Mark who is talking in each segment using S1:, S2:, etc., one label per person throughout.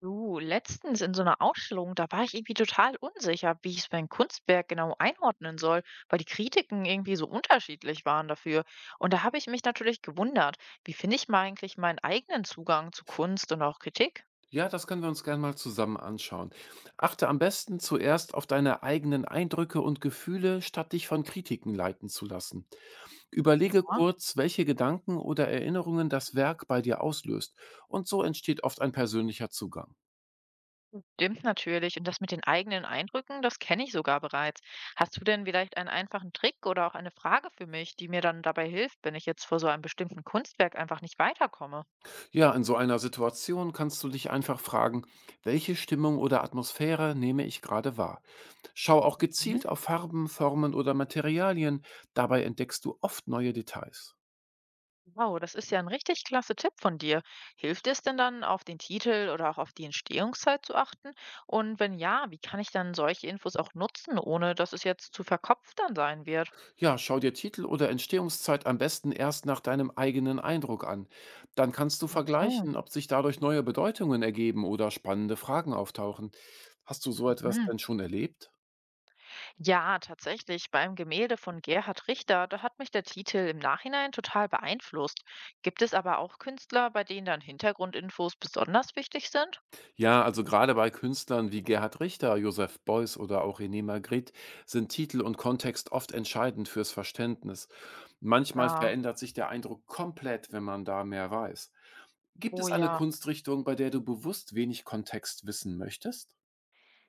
S1: Du, letztens in so einer Ausstellung, da war ich irgendwie total unsicher, wie ich mein Kunstwerk genau einordnen soll, weil die Kritiken irgendwie so unterschiedlich waren dafür. Und da habe ich mich natürlich gewundert, wie finde ich mal eigentlich meinen eigenen Zugang zu Kunst und auch Kritik?
S2: Ja, das können wir uns gerne mal zusammen anschauen. Achte am besten zuerst auf deine eigenen Eindrücke und Gefühle, statt dich von Kritiken leiten zu lassen. Überlege
S1: Ja,
S2: kurz, welche Gedanken oder Erinnerungen das Werk bei dir auslöst. Und so entsteht oft ein persönlicher Zugang.
S1: stimmt natürlich. Und das mit den eigenen Eindrücken, das kenne ich sogar bereits. Hast du denn vielleicht einen einfachen Trick oder auch eine Frage für mich, die mir dann dabei hilft, wenn ich jetzt vor so einem bestimmten Kunstwerk einfach nicht weiterkomme?
S2: Ja, in so einer Situation kannst du dich einfach fragen: welche Stimmung oder Atmosphäre nehme ich gerade wahr? Schau auch gezielt auf Farben, Formen oder Materialien. Dabei entdeckst du oft neue Details.
S1: Wow, das ist ja ein richtig klasse Tipp von dir. Hilft es denn dann, auf den Titel oder auch auf die Entstehungszeit zu achten? Und wenn ja, wie kann ich dann solche Infos auch nutzen, ohne dass es jetzt zu verkopft dann sein wird?
S2: Ja, schau dir Titel oder Entstehungszeit am besten erst nach deinem eigenen Eindruck an. Dann kannst du
S1: Ach so.
S2: vergleichen, ob sich dadurch neue Bedeutungen ergeben oder spannende Fragen auftauchen. Hast du so etwas
S1: Mhm.
S2: denn schon erlebt?
S1: Ja, tatsächlich. Beim Gemälde von Gerhard Richter, da hat mich der Titel im Nachhinein total beeinflusst. Gibt es aber auch Künstler, bei denen dann Hintergrundinfos besonders wichtig sind?
S2: Ja, also gerade bei Künstlern wie Gerhard Richter, Josef Beuys oder auch René Magritte sind Titel und Kontext oft entscheidend fürs Verständnis. Manchmal
S1: Ja.
S2: verändert sich der Eindruck komplett, wenn man da mehr weiß. Gibt
S1: Oh
S2: es eine
S1: ja.
S2: Kunstrichtung, bei der du bewusst wenig Kontext wissen möchtest?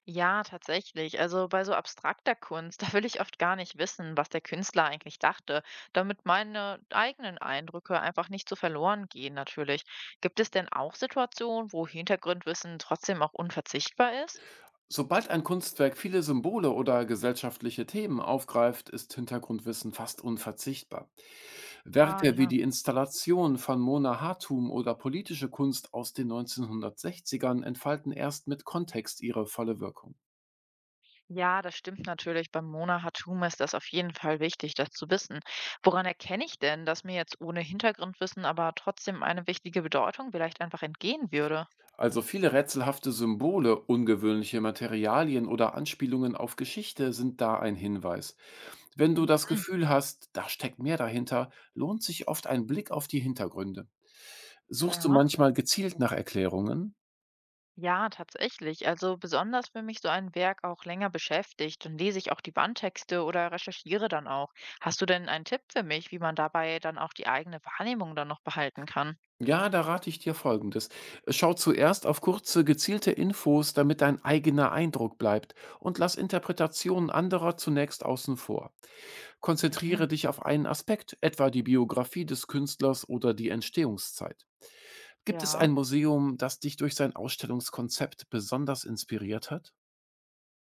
S1: Ja, tatsächlich. Also bei so abstrakter Kunst, da will ich oft gar nicht wissen, was der Künstler eigentlich dachte, damit meine eigenen Eindrücke einfach nicht so verloren gehen, natürlich. Gibt es denn auch Situationen, wo Hintergrundwissen trotzdem auch unverzichtbar ist?
S2: Sobald ein Kunstwerk viele Symbole oder gesellschaftliche Themen aufgreift, ist Hintergrundwissen fast unverzichtbar.
S1: Ah
S2: Werke wie
S1: ja.
S2: die Installation von Mona Hartum oder politische Kunst aus den 1960ern entfalten erst mit Kontext ihre volle Wirkung.
S1: Ja, das stimmt natürlich. Beim Mona Hatoum ist das auf jeden Fall wichtig, das zu wissen. Woran erkenne ich denn, dass mir jetzt ohne Hintergrundwissen aber trotzdem eine wichtige Bedeutung vielleicht einfach entgehen würde?
S2: Also viele rätselhafte Symbole, ungewöhnliche Materialien oder Anspielungen auf Geschichte sind da ein Hinweis. Wenn du das
S1: Mhm.
S2: Gefühl hast, da steckt mehr dahinter, lohnt sich oft ein Blick auf die Hintergründe. Suchst du
S1: Ja.
S2: manchmal gezielt nach Erklärungen?
S1: Ja, tatsächlich. Also besonders, wenn mich so ein Werk auch länger beschäftigt, dann lese ich auch die Bandtexte oder recherchiere dann auch. Hast du denn einen Tipp für mich, wie man dabei dann auch die eigene Wahrnehmung dann noch behalten kann?
S2: Ja, da rate ich dir Folgendes. Schau zuerst auf kurze, gezielte Infos, damit dein eigener Eindruck bleibt, und lass Interpretationen anderer zunächst außen vor. Konzentriere dich
S1: Mhm.
S2: auf einen Aspekt, etwa die Biografie des Künstlers oder die Entstehungszeit. Gibt es
S1: Ja,
S2: ein Museum, das dich durch sein Ausstellungskonzept besonders inspiriert hat?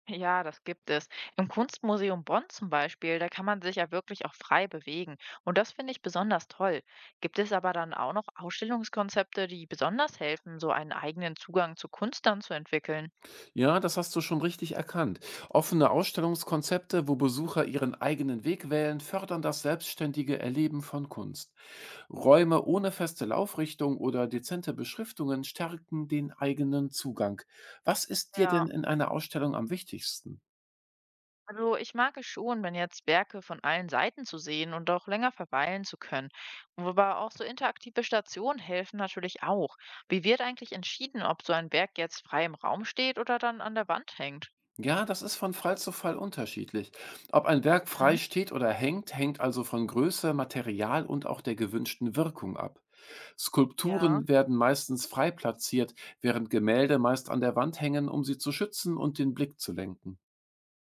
S1: ja, das gibt es. Im Kunstmuseum Bonn zum Beispiel, da kann man sich ja wirklich auch frei bewegen. Und das finde ich besonders toll. Gibt es aber dann auch noch Ausstellungskonzepte, die besonders helfen, so einen eigenen Zugang zu Kunst dann zu entwickeln?
S2: Ja, das hast du schon richtig erkannt. Offene Ausstellungskonzepte, wo Besucher ihren eigenen Weg wählen, fördern das selbstständige Erleben von Kunst. Räume ohne feste Laufrichtung oder dezente Beschriftungen stärken den eigenen Zugang. Was ist dir denn
S1: Ja,
S2: in einer Ausstellung am wichtigsten?
S1: also ich mag es schon, wenn jetzt Werke von allen Seiten zu sehen und auch länger verweilen zu können. Aber auch so interaktive Stationen helfen natürlich auch. Wie wird eigentlich entschieden, ob so ein Werk jetzt frei im Raum steht oder dann an der Wand hängt?
S2: Ja, das ist von Fall zu Fall unterschiedlich. Ob ein Werk frei
S1: Mhm.
S2: steht oder hängt, hängt also von Größe, Material und auch der gewünschten Wirkung ab.
S1: Ja,
S2: Skulpturen werden meistens frei platziert, während Gemälde meist an der Wand hängen, um sie zu schützen und den Blick zu lenken.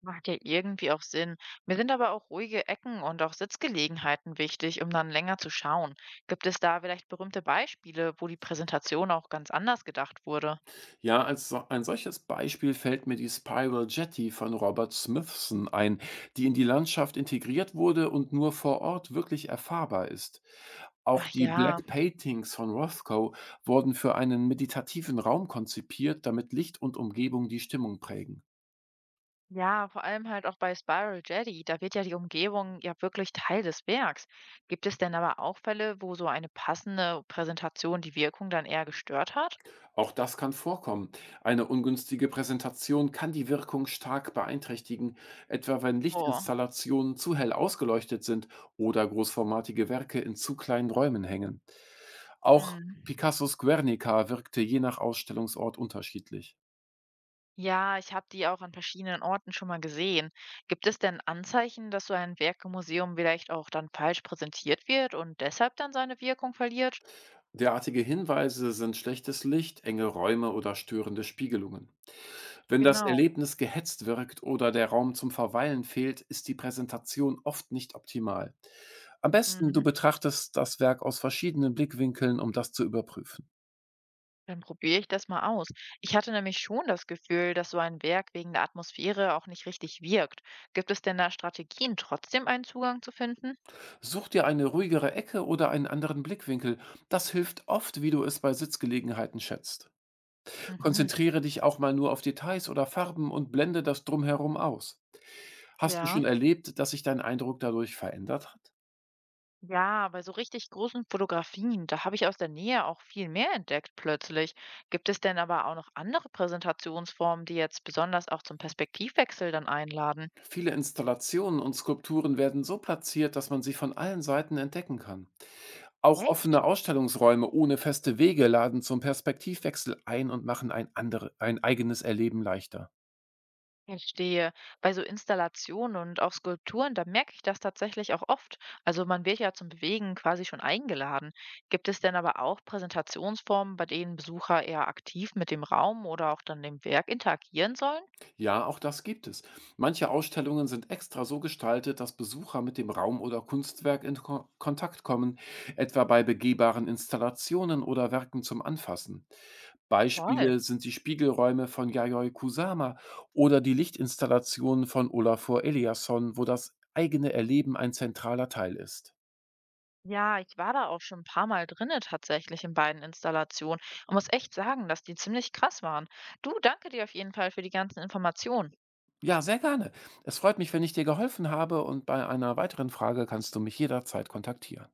S1: macht ja irgendwie auch Sinn. Mir sind aber auch ruhige Ecken und auch Sitzgelegenheiten wichtig, um dann länger zu schauen. Gibt es da vielleicht berühmte Beispiele, wo die Präsentation auch ganz anders gedacht wurde?
S2: Ja, als so ein solches Beispiel fällt mir die Spiral Jetty von Robert Smithson ein, die in die Landschaft integriert wurde und nur vor Ort wirklich erfahrbar ist. Auch
S1: Ach
S2: die
S1: ja,
S2: Black Paintings von Rothko wurden für einen meditativen Raum konzipiert, damit Licht und Umgebung die Stimmung prägen.
S1: ja, vor allem halt auch bei Spiral Jetty, da wird ja die Umgebung ja wirklich Teil des Werks. Gibt es denn aber auch Fälle, wo so eine passende Präsentation die Wirkung dann eher gestört hat?
S2: Auch das kann vorkommen. Eine ungünstige Präsentation kann die Wirkung stark beeinträchtigen, etwa wenn
S1: Oh,
S2: Lichtinstallationen zu hell ausgeleuchtet sind oder großformatige Werke in zu kleinen Räumen hängen. Auch
S1: mm.
S2: Picassos Guernica wirkte je nach Ausstellungsort unterschiedlich.
S1: Ja, ich habe die auch an verschiedenen Orten schon mal gesehen. Gibt es denn Anzeichen, dass so ein Werk im Museum vielleicht auch dann falsch präsentiert wird und deshalb dann seine Wirkung verliert?
S2: Derartige Hinweise sind schlechtes Licht, enge Räume oder störende Spiegelungen. Wenn das
S1: Genau.
S2: Erlebnis gehetzt wirkt oder der Raum zum Verweilen fehlt, ist die Präsentation oft nicht optimal. Am besten, du
S1: Mhm.
S2: betrachtest das Werk aus verschiedenen Blickwinkeln, um das zu überprüfen.
S1: Dann probiere ich das mal aus. Ich hatte nämlich schon das Gefühl, dass so ein Werk wegen der Atmosphäre auch nicht richtig wirkt. Gibt es denn da Strategien, trotzdem einen Zugang zu finden?
S2: Such dir eine ruhigere Ecke oder einen anderen Blickwinkel. Das hilft oft, wie du es bei Sitzgelegenheiten schätzt.
S1: Mhm.
S2: Konzentriere dich auch mal nur auf Details oder Farben und blende das Drumherum aus. Hast du
S1: Ja.
S2: schon erlebt, dass sich dein Eindruck dadurch verändert hat?
S1: Ja, bei so richtig großen Fotografien, da habe ich aus der Nähe auch viel mehr entdeckt plötzlich. Gibt es denn aber auch noch andere Präsentationsformen, die jetzt besonders auch zum Perspektivwechsel dann einladen?
S2: Viele Installationen und Skulpturen werden so platziert, dass man sie von allen Seiten entdecken kann. Auch offene
S1: Echt?
S2: Ausstellungsräume ohne feste Wege laden zum Perspektivwechsel ein und machen ein, andere, ein eigenes Erleben leichter.
S1: Verstehe. Bei so Installationen und auch Skulpturen, da merke ich das tatsächlich auch oft. Also man wird ja zum Bewegen quasi schon eingeladen. Gibt es denn aber auch Präsentationsformen, bei denen Besucher eher aktiv mit dem Raum oder auch dann dem Werk interagieren sollen?
S2: Ja, auch das gibt es. Manche Ausstellungen sind extra so gestaltet, dass Besucher mit dem Raum oder Kunstwerk in Ko Kontakt kommen, etwa bei begehbaren Installationen oder Werken zum Anfassen.
S1: Toll.
S2: Beispiele sind die Spiegelräume von Yayoi Kusama oder die Lichtinstallationen von Olafur Eliasson, wo das eigene Erleben ein zentraler Teil ist.
S1: Ja, ich war da auch schon ein paar Mal drinne tatsächlich in beiden Installationen und muss echt sagen, dass die ziemlich krass waren. Du, danke dir auf jeden Fall für die ganzen Informationen.
S2: Ja, sehr gerne. Es freut mich, wenn ich dir geholfen habe, und bei einer weiteren Frage kannst du mich jederzeit kontaktieren.